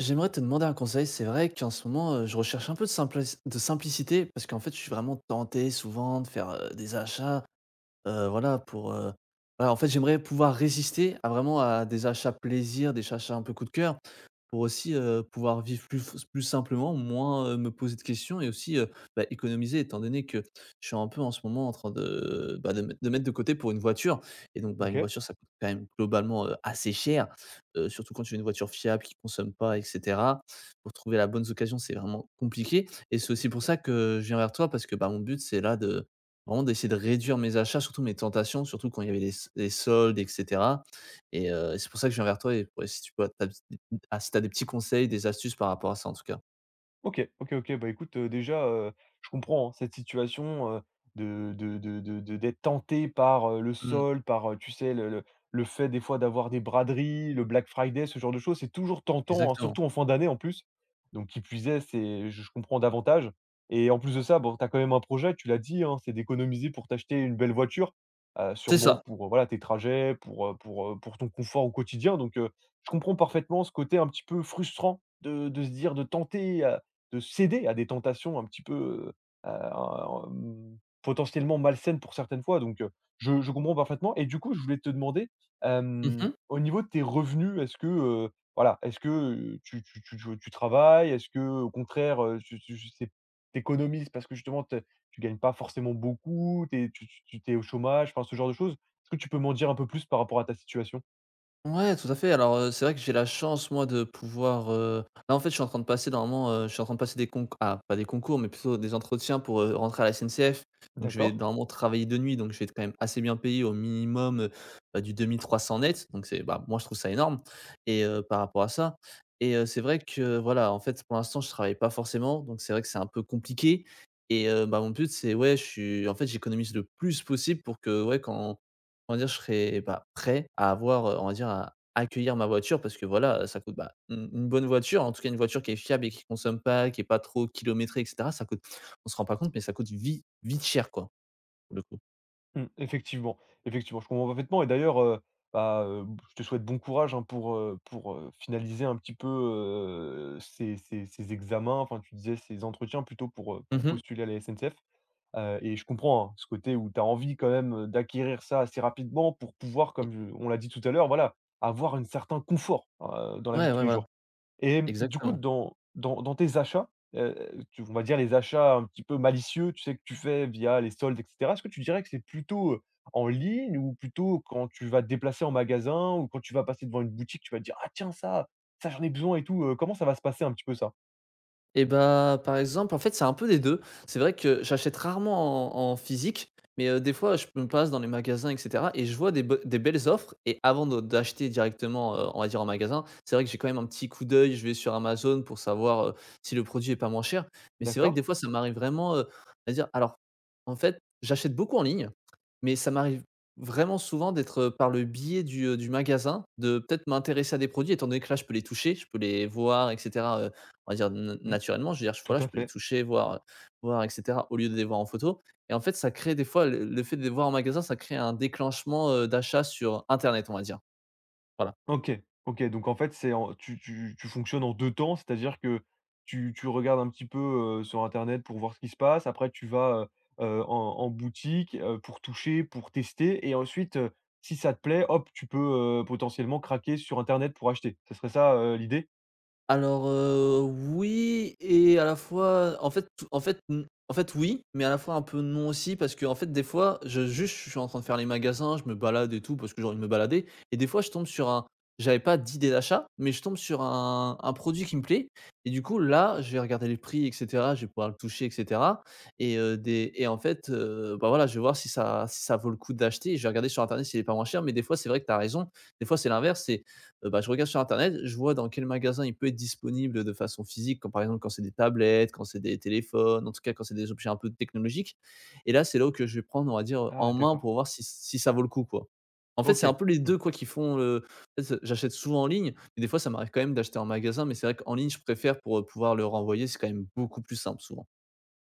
J'aimerais te demander un conseil. C'est vrai qu'en ce moment, je recherche un peu de simplicité parce qu'en fait, je suis vraiment tenté souvent de faire, des achats. Voilà pour, voilà en fait, j'aimerais pouvoir résister à vraiment à des achats plaisir, des achats un peu coup de cœur pour aussi, pouvoir vivre plus simplement, moins, me poser de questions et aussi, bah, économiser étant donné que je suis un peu en ce moment en train de, bah, de mettre de côté pour une voiture. Et donc, bah, une OK. voiture ça coûte quand même globalement, assez cher, surtout quand tu as une voiture fiable qui consomme pas, et cetera. Pour trouver la bonne occasion, c'est vraiment compliqué, et c'est aussi pour ça que je viens vers toi parce que, bah, mon but, c'est là de Vraiment d'essayer de réduire mes achats, surtout mes tentations, surtout quand il y avait les soldes et cetera. Et c'est pour ça que je viens vers toi. Et ouais, si tu peux tu as ah, si tu as des petits conseils, des astuces par rapport à ça, en tout cas. OK, OK, OK. Bah, écoute, déjà, je comprends, hein, cette situation, de d'être tenté par, le Mmh. sol, par, tu sais, le fait des fois d'avoir des braderies, le Black Friday, ce genre de choses, c'est toujours tentant, hein, Exactement. surtout en fin d'année en plus. Donc qui plus est, c'est je comprends davantage et en plus de ça, bon, tu as quand même un projet, tu l'as dit, hein, c'est d'économiser pour t'acheter une belle voiture, C'est sûrement ça. pour, voilà, tes trajets, pour, pour ton confort au quotidien. Donc, je comprends parfaitement ce côté un petit peu frustrant de se dire de tenter, de céder à des tentations un petit peu, mmh, potentiellement malsaines pour certaines fois donc je comprends parfaitement et du coup, je voulais te demander, Mmh. au niveau de tes revenus, est-ce que, voilà, est-ce que, tu travailles? Est-ce que au contraire, tu tu je sais tu économises parce que justement te tu gagnes pas forcément beaucoup, tu es au chômage, enfin, ce genre de choses? Est-ce que tu peux m'en dire un peu plus par rapport à ta situation? Ouais, tout à fait. Alors, c'est vrai que j'ai la chance, moi, de pouvoir, là en fait je suis en train de passer normalement, je suis en train de passer des concours. Ah, pas des concours, mais plutôt des entretiens pour, rentrer à la SNCF. Donc je vais D'accord. normalement travailler de nuit, donc je vais être quand même assez bien payé, au minimum, bah, du 2 300 net. Donc c'est, bah, moi je trouve ça énorme. Et par rapport à ça, et c'est vrai que voilà, en fait pour l'instant je travaille pas forcément, donc c'est vrai que c'est un peu compliqué. Et bah, mon but, c'est ouais, je suis en fait j'économise le plus possible pour que ouais quand, on va dire, je serais, bah, prêt à avoir, on va dire, à accueillir ma voiture parce que voilà, ça coûte, bah, une bonne voiture, en tout cas une voiture qui est fiable et qui consomme pas, qui est pas trop kilométrée et cetera, ça coûte, on se rend pas compte mais ça coûte vite vite cher, quoi, pour le coup. Mmh, effectivement, effectivement, je comprends parfaitement et d'ailleurs, bah, je te souhaite bon courage, hein, pour, finaliser un petit peu, ces examens, enfin, tu disais ces entretiens plutôt pour Mmh. postuler à la SNCF, et je comprends, hein, ce côté où tu as envie quand même, d'acquérir ça assez rapidement pour pouvoir, comme je on l'a dit tout à l'heure, voilà, avoir un certain confort, dans la vie Ouais, de ouais, tous les voilà, jours. Et mmh, du coup, exactement. Dans tes achats, tu on va dire les achats un petit peu malicieux, tu sais, que tu fais via les soldes et cetera. Est-ce que tu dirais que c'est plutôt, en ligne ou plutôt quand tu vas te déplacer en magasin ou quand tu vas passer devant une boutique, tu vas te dire: «Ah tiens ça, ça j'en ai besoin et tout», comment ça va se passer un petit peu ça? Et bah, par exemple, en fait, c'est un peu des 2. C'est vrai que j'achète rarement en physique, mais, des fois, je me passe dans les magasins et cetera, et je vois des belles offres, et avant de d'acheter directement, on va dire en magasin, c'est vrai que j'ai quand même un petit coup d'œil, je vais sur Amazon pour savoir, si le produit est pas moins cher. Mais c'est vrai que D'accord. des fois, ça m'arrive vraiment, à dire alors, en fait, j'achète beaucoup en ligne, mais ça m'arrive vraiment souvent d'être, par le biais du magasin, de peut-être m'intéresser à des produits étant donné que là, je peux les toucher, je peux les voir et cetera, on va dire na Mmh, naturellement, je veux dire, je tout voilà, à je peux les fait. toucher, voir, et cetera, au lieu de les voir en photo. Et en fait, ça crée des fois le fait de les voir en magasin, ça crée un déclenchement, d'achat sur internet, on va dire. Voilà. OK, OK, donc en fait, c'est en tu fonctionnes en 2 temps, c'est-à-dire que tu regardes un petit peu, sur internet pour voir ce qui se passe, après tu vas, en boutique, pour toucher, pour tester et ensuite, si ça te plaît, hop, tu peux, potentiellement craquer sur internet pour acheter. Ce serait ça, l'idée? Alors, oui et à la fois, en fait tout- en fait n en fait oui, mais à la fois un peu non aussi, parce que en fait des fois je suis en train de faire les magasins, je me balade et tout parce que j'ai envie de me balader. Et des fois je tombe sur un, j'avais pas d'idée d'achat, mais je tombe sur un produit qui me plaît, et du coup là, je vais regarder les prix, etc, je vais pouvoir le toucher, etc, et des et en fait, bah, voilà, je vais voir si ça vaut le coup d'acheter, et je vais regarder sur internet s'il est pas moins cher. Mais des fois c'est vrai que tu as raison, des fois c'est l'inverse, c'est bah, je regarde sur internet, je vois dans quel magasin il peut être disponible de façon physique, quand par exemple, quand c'est des tablettes, quand c'est des téléphones, en tout cas quand c'est des objets un peu technologiques. Et là, c'est là où que je vais prendre, on va dire, en Ah main d'accord, pour voir si ça vaut le coup, quoi. En fait, c'est un OK. peu les deux, quoi, qui font, en fait, j'achète souvent en ligne, mais des fois, ça m'arrive quand même d'acheter en magasin, mais c'est vrai qu'en ligne, je préfère pour, pouvoir le renvoyer, c'est quand même beaucoup plus simple souvent.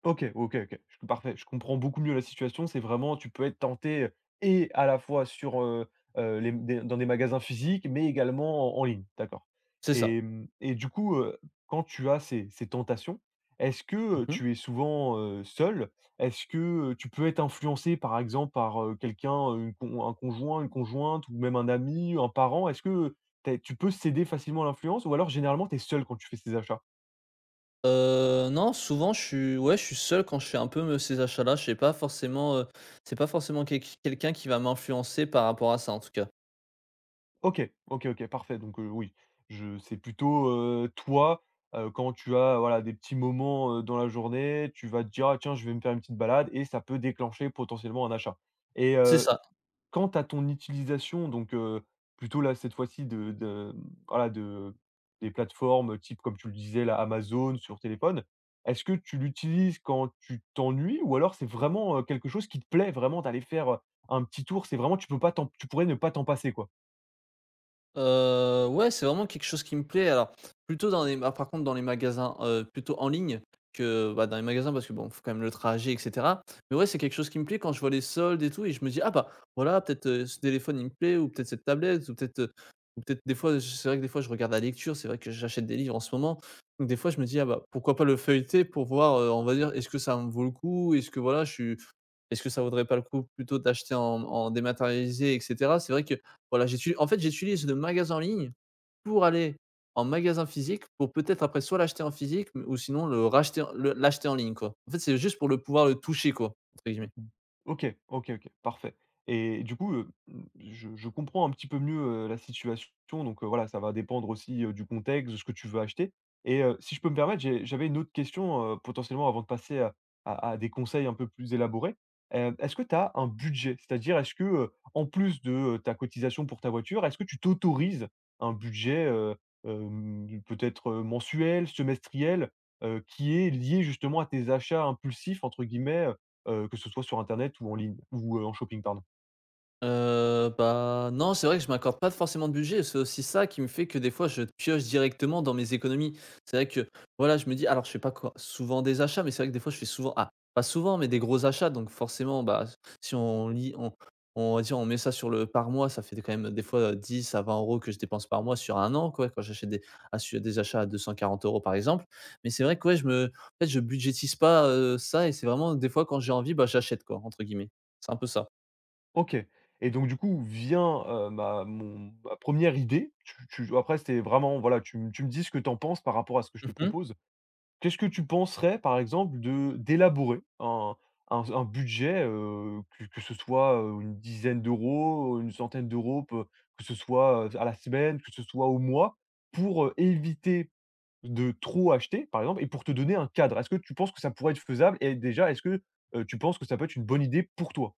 OK, OK, OK. Je Parfait, je comprends beaucoup mieux la situation. C'est vraiment tu peux être tenté, et à la fois sur, les des dans des magasins physiques, mais également en ligne. D'accord C'est ça. et mmh et du coup, quand tu as ces tentations, est-ce que, Mmh. tu es souvent, seule? Est-ce que, tu peux être influencé par exemple, par, quelqu'un, une con un conjoint, une conjointe ou même un ami, un parent? Est-ce que tu peux céder facilement à l'influence ou alors généralement tu es seule quand tu fais ces achats? Non, souvent je suis ouais, je suis seul quand je fais un peu me ces achats-là. Je sais pas forcément, c'est pas forcément quelqu'un qui va m'influencer par rapport à ça, en tout cas. OK, OK, OK, parfait. Donc, oui, je c'est plutôt, toi, quand tu as, voilà, des petits moments, dans la journée, tu vas te dire: «Ah tiens, je vais me faire une petite balade» et ça peut déclencher potentiellement un achat. Et C'est ça. quant à ton utilisation, donc, plutôt là, cette fois-ci voilà, de des plateformes type, comme tu le disais, là, Amazon sur téléphone, est-ce que tu l'utilises quand tu t'ennuies ou alors c'est vraiment, quelque chose qui te plaît vraiment d'aller faire, un petit tour? C'est vraiment tu peux pas t'en tu pourrais ne pas t'en passer, quoi? Ouais, c'est vraiment quelque chose qui me plaît. Alors, plutôt dans les ma par contre dans les magasins, plutôt en ligne que, bah, dans les magasins, parce que bon, faut quand même le trajet et cetera. Mais ouais, c'est quelque chose qui me plaît quand je vois les soldes et tout, et je me dis: «Ah bah, voilà peut-être, ce téléphone il me plaît, ou peut-être cette tablette, ou peut-être, heu». Ou peut-être des fois, c'est vrai que des fois je regarde la lecture, c'est vrai que j'achète des livres en ce moment. Donc des fois je me dis: «Ah bah, pourquoi pas le feuilleter?» pour voir, on va dire, est-ce que ça me vaut le coup? Est-ce que voilà, je suis, est-ce que ça vaudrait pas le coup plutôt d'acheter en dématérialisé et cetera? C'est vrai que voilà, j'uti en fait, j'utilise le magasin en ligne pour aller en magasin physique pour peut-être après soit l'acheter en physique, mais ou sinon le racheter le l'acheter en ligne, quoi. En fait, c'est juste pour le pouvoir le «toucher», quoi, entre guillemets. OK, OK, OK, parfait et du coup, mmh, je comprends un petit peu mieux, la situation donc voilà, ça va dépendre aussi, du contexte, de ce que tu veux acheter et si je peux me permettre, j'avais une autre question, potentiellement avant de passer à des conseils un peu plus élaborés. Est-ce que tu as un budget? C'est-à-dire est-ce que, en plus de, ta cotisation pour ta voiture, est-ce que tu t'autorises un budget, peut-être, mensuel, semestriel, qui est lié justement à tes «achats impulsifs» entre guillemets, que ce soit sur internet ou en ligne ou, en shopping, pardon. Bah, non, c'est vrai que je m'accorde pas forcément de budget. C'est aussi ça qui me fait que des fois je pioche directement dans mes économies. C'est vrai que, voilà, je me dis alors je fais pas quoi souvent des achats, mais c'est vrai que des fois je fais souvent, ah, pas souvent, mais des gros achats, donc forcément, bah, si on lit on va dire, on met ça sur le par mois, ça fait quand même des fois 10 à 20 euros que je dépense par mois sur un an, quoi, quand sur des achats à 240 € par exemple. Mais c'est vrai que, ouais, je me en fait, je budgétise pas, ça, et c'est vraiment des fois quand j'ai envie, bah, j'achète, quoi, entre guillemets. C'est un peu ça. OK. Et donc du coup vient, ma 1re idée. Tu après c'était vraiment voilà, tu me dis ce que tu en penses par rapport à ce que je te Mmh. propose. Qu'est-ce que tu penserais par exemple de d'élaborer un budget, que ce soit, une dizaine d'euros, une centaine d'euros, peu que ce soit, à la semaine, que ce soit au mois pour, éviter de trop acheter, par exemple et pour te donner un cadre. Est-ce que tu penses que ça pourrait être faisable et déjà, est-ce que, tu penses que ça peut être une bonne idée pour toi?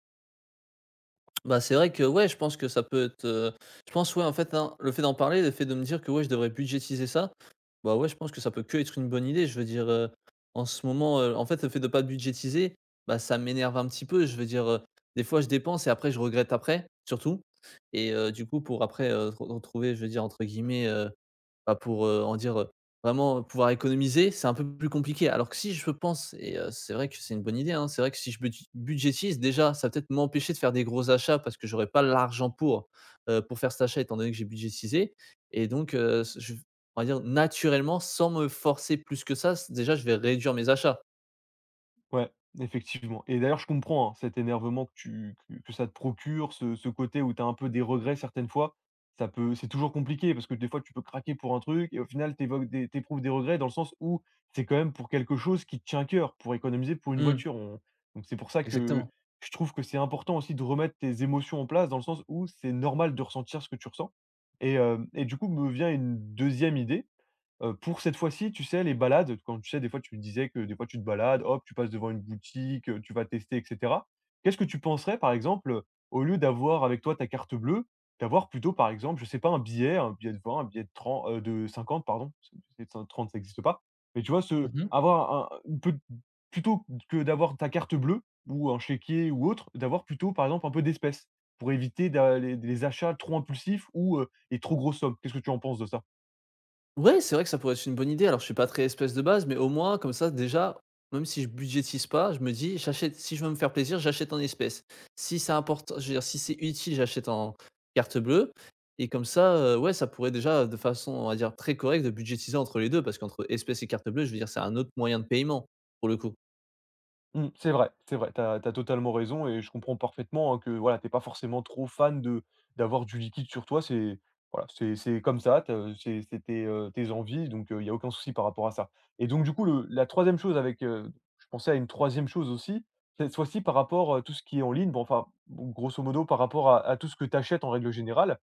Bah, c'est vrai que ouais, je pense que ça peut être, je pense, ouais, en fait, hein, le fait d'en parler, le fait de me dire que, ouais, je devrais budgétiser ça, bah, ouais, je pense que ça peut que être une bonne idée. Je veux dire, en ce moment, en fait, le fait de pas budgétiser, bah, ça m'énerve un petit peu. Je veux dire, des fois, je dépense et après je regrette après, surtout. Et du coup, pour après, re retrouver, je veux dire, entre guillemets, bah, pour, en dire, vraiment pouvoir économiser, c'est un peu plus compliqué. Alors que si je pense, et c'est vrai que c'est une bonne idée, hein, c'est vrai que si je budgétise déjà, ça va peut-être m'empêcher de faire des gros achats parce que j'aurais pas l'argent pour faire cet achat étant donné que j'ai budgétisé. Et donc je, on va dire naturellement, sans me forcer plus que ça, c déjà je vais réduire mes achats. Ouais, effectivement. Et d'ailleurs, je comprends, hein, cet énervement que tu que ça te procure, ce côté où tu as un peu des regrets certaines fois. Ça peut c'est toujours compliqué parce que des fois, tu peux craquer pour un truc et au final, évoques des regrets dans le sens où c'est quand même pour quelque chose qui te tient à cœur, pour économiser pour une Mmh. voiture. On Donc c'est pour ça que Exactement. je trouve que c'est important aussi de remettre tes émotions en place dans le sens où c'est normal de ressentir ce que tu ressens. Et hem et du coup, me vient une deuxième idée. Pour cette fois-ci, tu sais, les balades, quand tu sais, des fois, tu me disais que des fois tu te balades, hop, tu passes devant une boutique, tu vas tester et cetera. Qu'est-ce que tu penserais, par exemple, au lieu d'avoir avec toi ta carte bleue, d'avoir plutôt, par exemple, je sais pas, un billet de 20, un billet de trente, de 50, pardon, parce que billet cin 30 ça existe pas. Mais tu vois, ce Mmh. avoir un une pe plutôt que d'avoir ta carte bleue ou un chéquier ou autre, d'avoir plutôt, par exemple, un peu d'espèces pour éviter d'a les achats trop impulsifs ou, les trop grosses sommes. Qu'est-ce que tu en penses de ça? Ouais, c'est vrai que ça pourrait être une bonne idée. Alors, je suis pas très espèce de base, mais au moins, comme ça, déjà, même si je budgétise pas, je me dis, j'achète, si je veux me faire plaisir, j'achète en espèces. Si c'est important, je veux dire, si c'est utile, j'achète en carte bleue. Et comme ça, ouais, ça pourrait déjà, de façon, on va dire, très correcte, de budgétiser entre les deux, parce qu'entre espèces et carte bleue, je veux dire, c'est un autre moyen de paiement, pour le coup. Mmh, c'est vrai, c'est vrai. T'as as totalement raison et je comprends parfaitement, hein, que voilà, t'es pas forcément trop fan de d'avoir du liquide sur toi. C'est voilà, c'est comme ça, tu c'est tes, tes envies, donc il y a aucun souci par rapport à ça. Et donc du coup, le la troisième chose avec, je pensais à une troisième chose aussi, cette fois-ci par rapport, tout ce qui est en ligne, bon, enfin, bon, grosso modo, par rapport à tout ce que tu achètes en règle générale.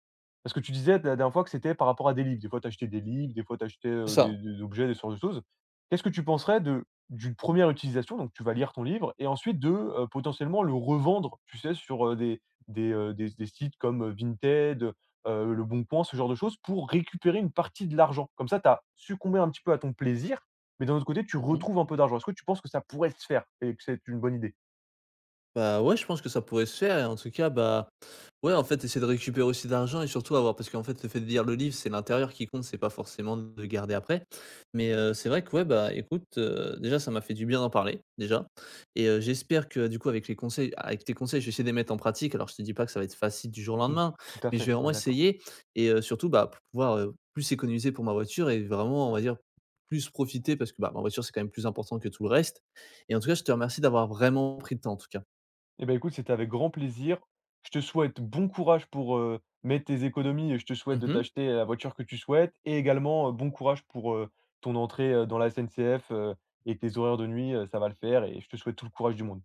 Parce que tu disais la dernière fois que c'était par rapport à des livres. Des fois, tu achetais des livres, des fois, tu achetais, C'est ça. Des objets, des sortes de choses. Qu'est-ce que tu penserais de d'une première utilisation, donc tu vas lire ton livre et ensuite de, potentiellement le revendre, tu sais, sur, des sites comme, Vinted, le Bon Coin, ce genre de choses pour récupérer une partie de l'argent? Comme ça, tu as succombé un petit peu à ton plaisir, mais d'un autre côté, tu retrouves un peu d'argent. Est-ce que tu penses que ça pourrait se faire et que c'est une bonne idée? Bah, ouais, je pense que ça pourrait se faire, et en tout cas, bah, ouais, en fait, essayer de récupérer aussi d'argent et surtout avoir, parce qu'en fait, le fait de lire le livre, c'est l'intérieur qui compte, c'est pas forcément de le garder après. Mais, c'est vrai que, ouais, bah, écoute, déjà ça m'a fait du bien d'en parler, déjà. Et j'espère que, du coup, avec les conseils avec tes conseils, je vais essayer de les mettre en pratique. Alors je te dis pas que ça va être facile du jour au Mmh, lendemain, tout à mais je fait, vais on vraiment est d'accord. essayer. Et surtout, bah, pour pouvoir, plus économiser pour ma voiture, et vraiment, on va dire, plus profiter, parce que, bah, ma voiture, c'est quand même plus important que tout le reste. Et en tout cas, je te remercie d'avoir vraiment pris le temps, en tout cas. Eh ben, écoute, c'était avec grand plaisir. Je te souhaite bon courage pour, mettre tes économies et je te souhaite de Mhm. t'acheter la voiture que tu souhaites et également, bon courage pour, ton entrée, dans la SNCF, et tes horaires de nuit, ça va le faire et je te souhaite tout le courage du monde.